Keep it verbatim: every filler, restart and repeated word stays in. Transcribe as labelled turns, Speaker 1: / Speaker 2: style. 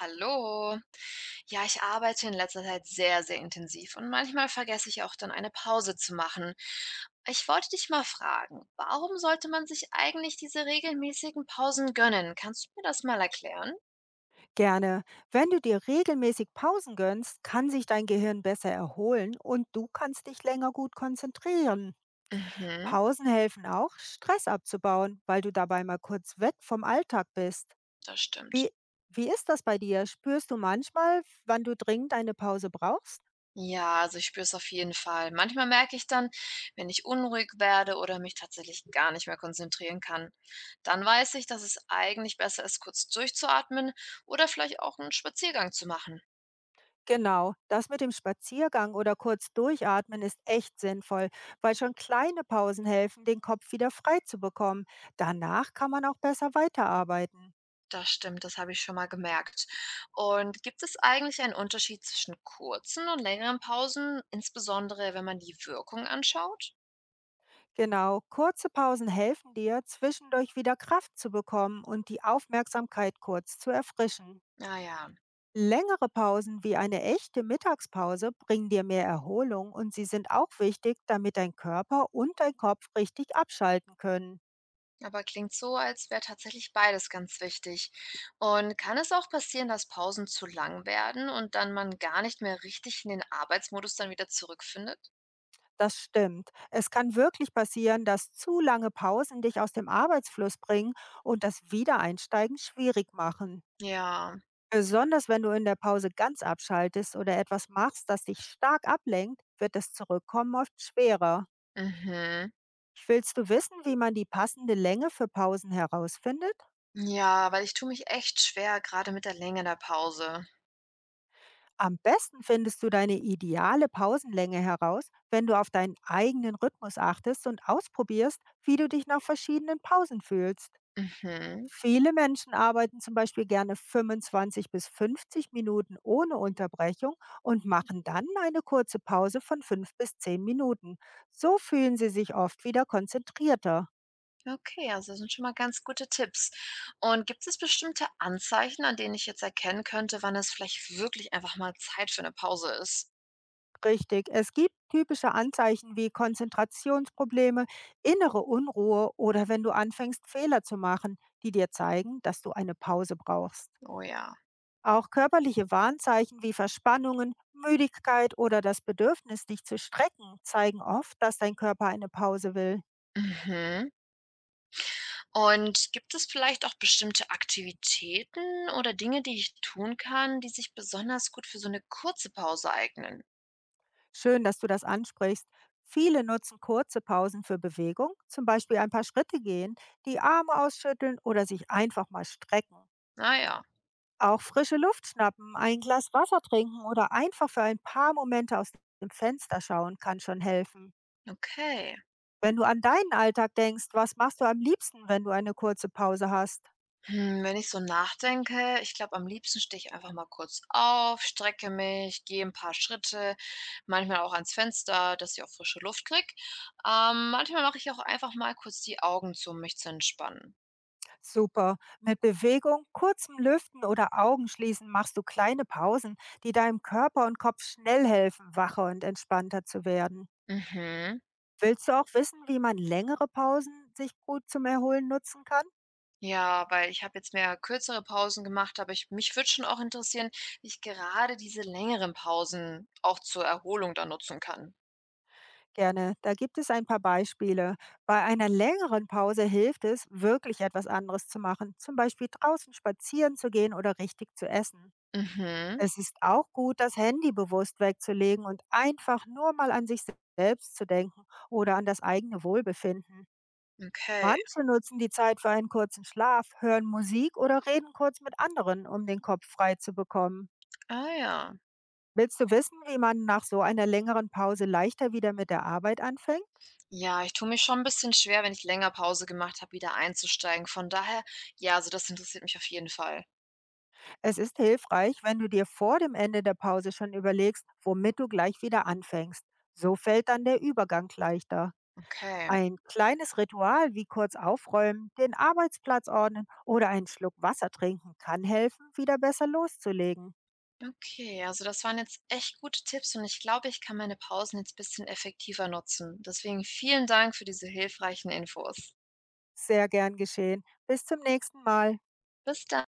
Speaker 1: Hallo. Ja, ich arbeite in letzter Zeit sehr, sehr intensiv und manchmal vergesse ich auch dann eine Pause zu machen. Ich wollte dich mal fragen, warum sollte man sich eigentlich diese regelmäßigen Pausen gönnen? Kannst du mir das mal erklären?
Speaker 2: Gerne. Wenn du dir regelmäßig Pausen gönnst, kann sich dein Gehirn besser erholen und du kannst dich länger gut konzentrieren.
Speaker 1: Mhm,
Speaker 2: Pausen helfen auch, Stress abzubauen, weil du dabei mal kurz weg vom Alltag bist.
Speaker 1: das
Speaker 2: Wie,
Speaker 1: stimmt.
Speaker 2: wie ist das bei dir? Spürst du manchmal, wann du dringend eine Pause brauchst?
Speaker 1: Ja, also ich spüre es auf jeden Fall. Manchmal merke ich dann, wenn ich unruhig werde oder mich tatsächlich gar nicht mehr konzentrieren kann, dann weiß ich, dass es eigentlich besser ist, kurz durchzuatmen oder vielleicht auch einen Spaziergang zu machen.
Speaker 2: Genau, das mit dem Spaziergang oder kurz durchatmen ist echt sinnvoll, weil schon kleine Pausen helfen, den Kopf wieder frei zu bekommen. Danach kann man auch besser weiterarbeiten.
Speaker 1: Das stimmt, das habe ich schon mal gemerkt. Und gibt es eigentlich einen Unterschied zwischen kurzen und längeren Pausen, insbesondere wenn man die Wirkung anschaut?
Speaker 2: Genau, kurze Pausen helfen dir, zwischendurch wieder Kraft zu bekommen und die Aufmerksamkeit kurz zu erfrischen.
Speaker 1: Ah ja,
Speaker 2: Längere Pausen wie eine echte Mittagspause bringen dir mehr Erholung und sie sind auch wichtig, damit dein Körper und dein Kopf richtig abschalten können.
Speaker 1: aber klingt so, als wäre tatsächlich beides ganz wichtig. Und kann es auch passieren, dass Pausen zu lang werden und dann man gar nicht mehr richtig in den Arbeitsmodus dann wieder zurückfindet?
Speaker 2: Das stimmt. Es kann wirklich passieren, dass zu lange Pausen dich aus dem Arbeitsfluss bringen und das Wiedereinsteigen schwierig machen.
Speaker 1: Ja,
Speaker 2: Besonders wenn du in der Pause ganz abschaltest oder etwas machst, das dich stark ablenkt, wird das Zurückkommen oft schwerer.
Speaker 1: mhm.
Speaker 2: Willst du wissen, wie man die passende Länge für Pausen herausfindet?
Speaker 1: Ja, weil ich tue mich echt schwer, gerade mit der Länge der Pause.
Speaker 2: Am besten findest du deine ideale Pausenlänge heraus, wenn du auf deinen eigenen Rhythmus achtest und ausprobierst, wie du dich nach verschiedenen Pausen fühlst.
Speaker 1: Mhm.
Speaker 2: Viele Menschen arbeiten zum Beispiel gerne fünfundzwanzig bis fünfzig Minuten ohne Unterbrechung und machen dann eine kurze Pause von fünf bis zehn Minuten. So fühlen sie sich oft wieder konzentrierter.
Speaker 1: Okay, also das sind schon mal ganz gute Tipps. Und gibt es bestimmte Anzeichen, an denen ich jetzt erkennen könnte, wann es vielleicht wirklich einfach mal Zeit für eine Pause ist?
Speaker 2: Richtig, es gibt typische Anzeichen wie Konzentrationsprobleme, innere Unruhe oder wenn du anfängst, Fehler zu machen, die dir zeigen, dass du eine Pause brauchst.
Speaker 1: Oh ja.
Speaker 2: Auch körperliche Warnzeichen wie Verspannungen, Müdigkeit oder das Bedürfnis, dich zu strecken, zeigen oft, dass dein Körper eine Pause will.
Speaker 1: Mhm. Und gibt es vielleicht auch bestimmte Aktivitäten oder Dinge, die ich tun kann, die sich besonders gut für so eine kurze Pause eignen?
Speaker 2: Schön, dass du das ansprichst. Viele nutzen kurze Pausen für Bewegung, zum Beispiel ein paar Schritte gehen, die Arme ausschütteln oder sich einfach mal strecken.
Speaker 1: Ah ja,
Speaker 2: Auch frische Luft schnappen, ein Glas Wasser trinken oder einfach für ein paar Momente aus dem Fenster schauen kann schon helfen.
Speaker 1: okay.
Speaker 2: Wenn du an deinen Alltag denkst, was machst du am liebsten, wenn du eine kurze Pause hast?
Speaker 1: Hm, wenn ich so nachdenke, ich glaube, am liebsten stehe ich einfach mal kurz auf, strecke mich, gehe ein paar Schritte, manchmal auch ans Fenster, dass ich auch frische Luft kriege. Ähm, manchmal mache ich auch einfach mal kurz die Augen zu, um mich zu entspannen.
Speaker 2: Super. Mit Bewegung, kurzem Lüften oder Augenschließen machst du kleine Pausen, die deinem Körper und Kopf schnell helfen, wacher und entspannter zu werden.
Speaker 1: Mhm.
Speaker 2: Willst du auch wissen, wie man längere Pausen sich gut zum Erholen nutzen kann?
Speaker 1: Ja, weil ich habe jetzt mehr kürzere Pausen gemacht, aber ich mich würde schon auch interessieren, wie ich gerade diese längeren Pausen auch zur Erholung dann nutzen kann.
Speaker 2: Gerne, da gibt es ein paar Beispiele. Bei einer längeren Pause hilft es, wirklich etwas anderes zu machen, zum Beispiel draußen spazieren zu gehen oder richtig zu essen.
Speaker 1: Mhm.
Speaker 2: Es ist auch gut, das Handy bewusst wegzulegen und einfach nur mal an sich selbst zu denken oder an das eigene Wohlbefinden.
Speaker 1: Okay.
Speaker 2: Manche nutzen die Zeit für einen kurzen Schlaf, hören Musik oder reden kurz mit anderen, um den Kopf frei zu bekommen.
Speaker 1: Ah ja.
Speaker 2: Willst du wissen, wie man nach so einer längeren Pause leichter wieder mit der Arbeit anfängt?
Speaker 1: Ja, ich tue mich schon ein bisschen schwer, wenn ich länger Pause gemacht habe, wieder einzusteigen. Von daher ja, also das interessiert mich auf jeden Fall.
Speaker 2: Es ist hilfreich, wenn du dir vor dem Ende der Pause schon überlegst, womit du gleich wieder anfängst. So fällt dann der Übergang leichter.
Speaker 1: Okay.
Speaker 2: Ein kleines Ritual wie kurz aufräumen, den Arbeitsplatz ordnen oder einen Schluck Wasser trinken kann helfen, wieder besser loszulegen.
Speaker 1: Okay, also das waren jetzt echt gute Tipps und ich glaube, ich kann meine Pausen jetzt ein bisschen effektiver nutzen. Deswegen vielen Dank für diese hilfreichen Infos.
Speaker 2: Sehr gern geschehen. Bis zum nächsten Mal.
Speaker 1: Bis dann.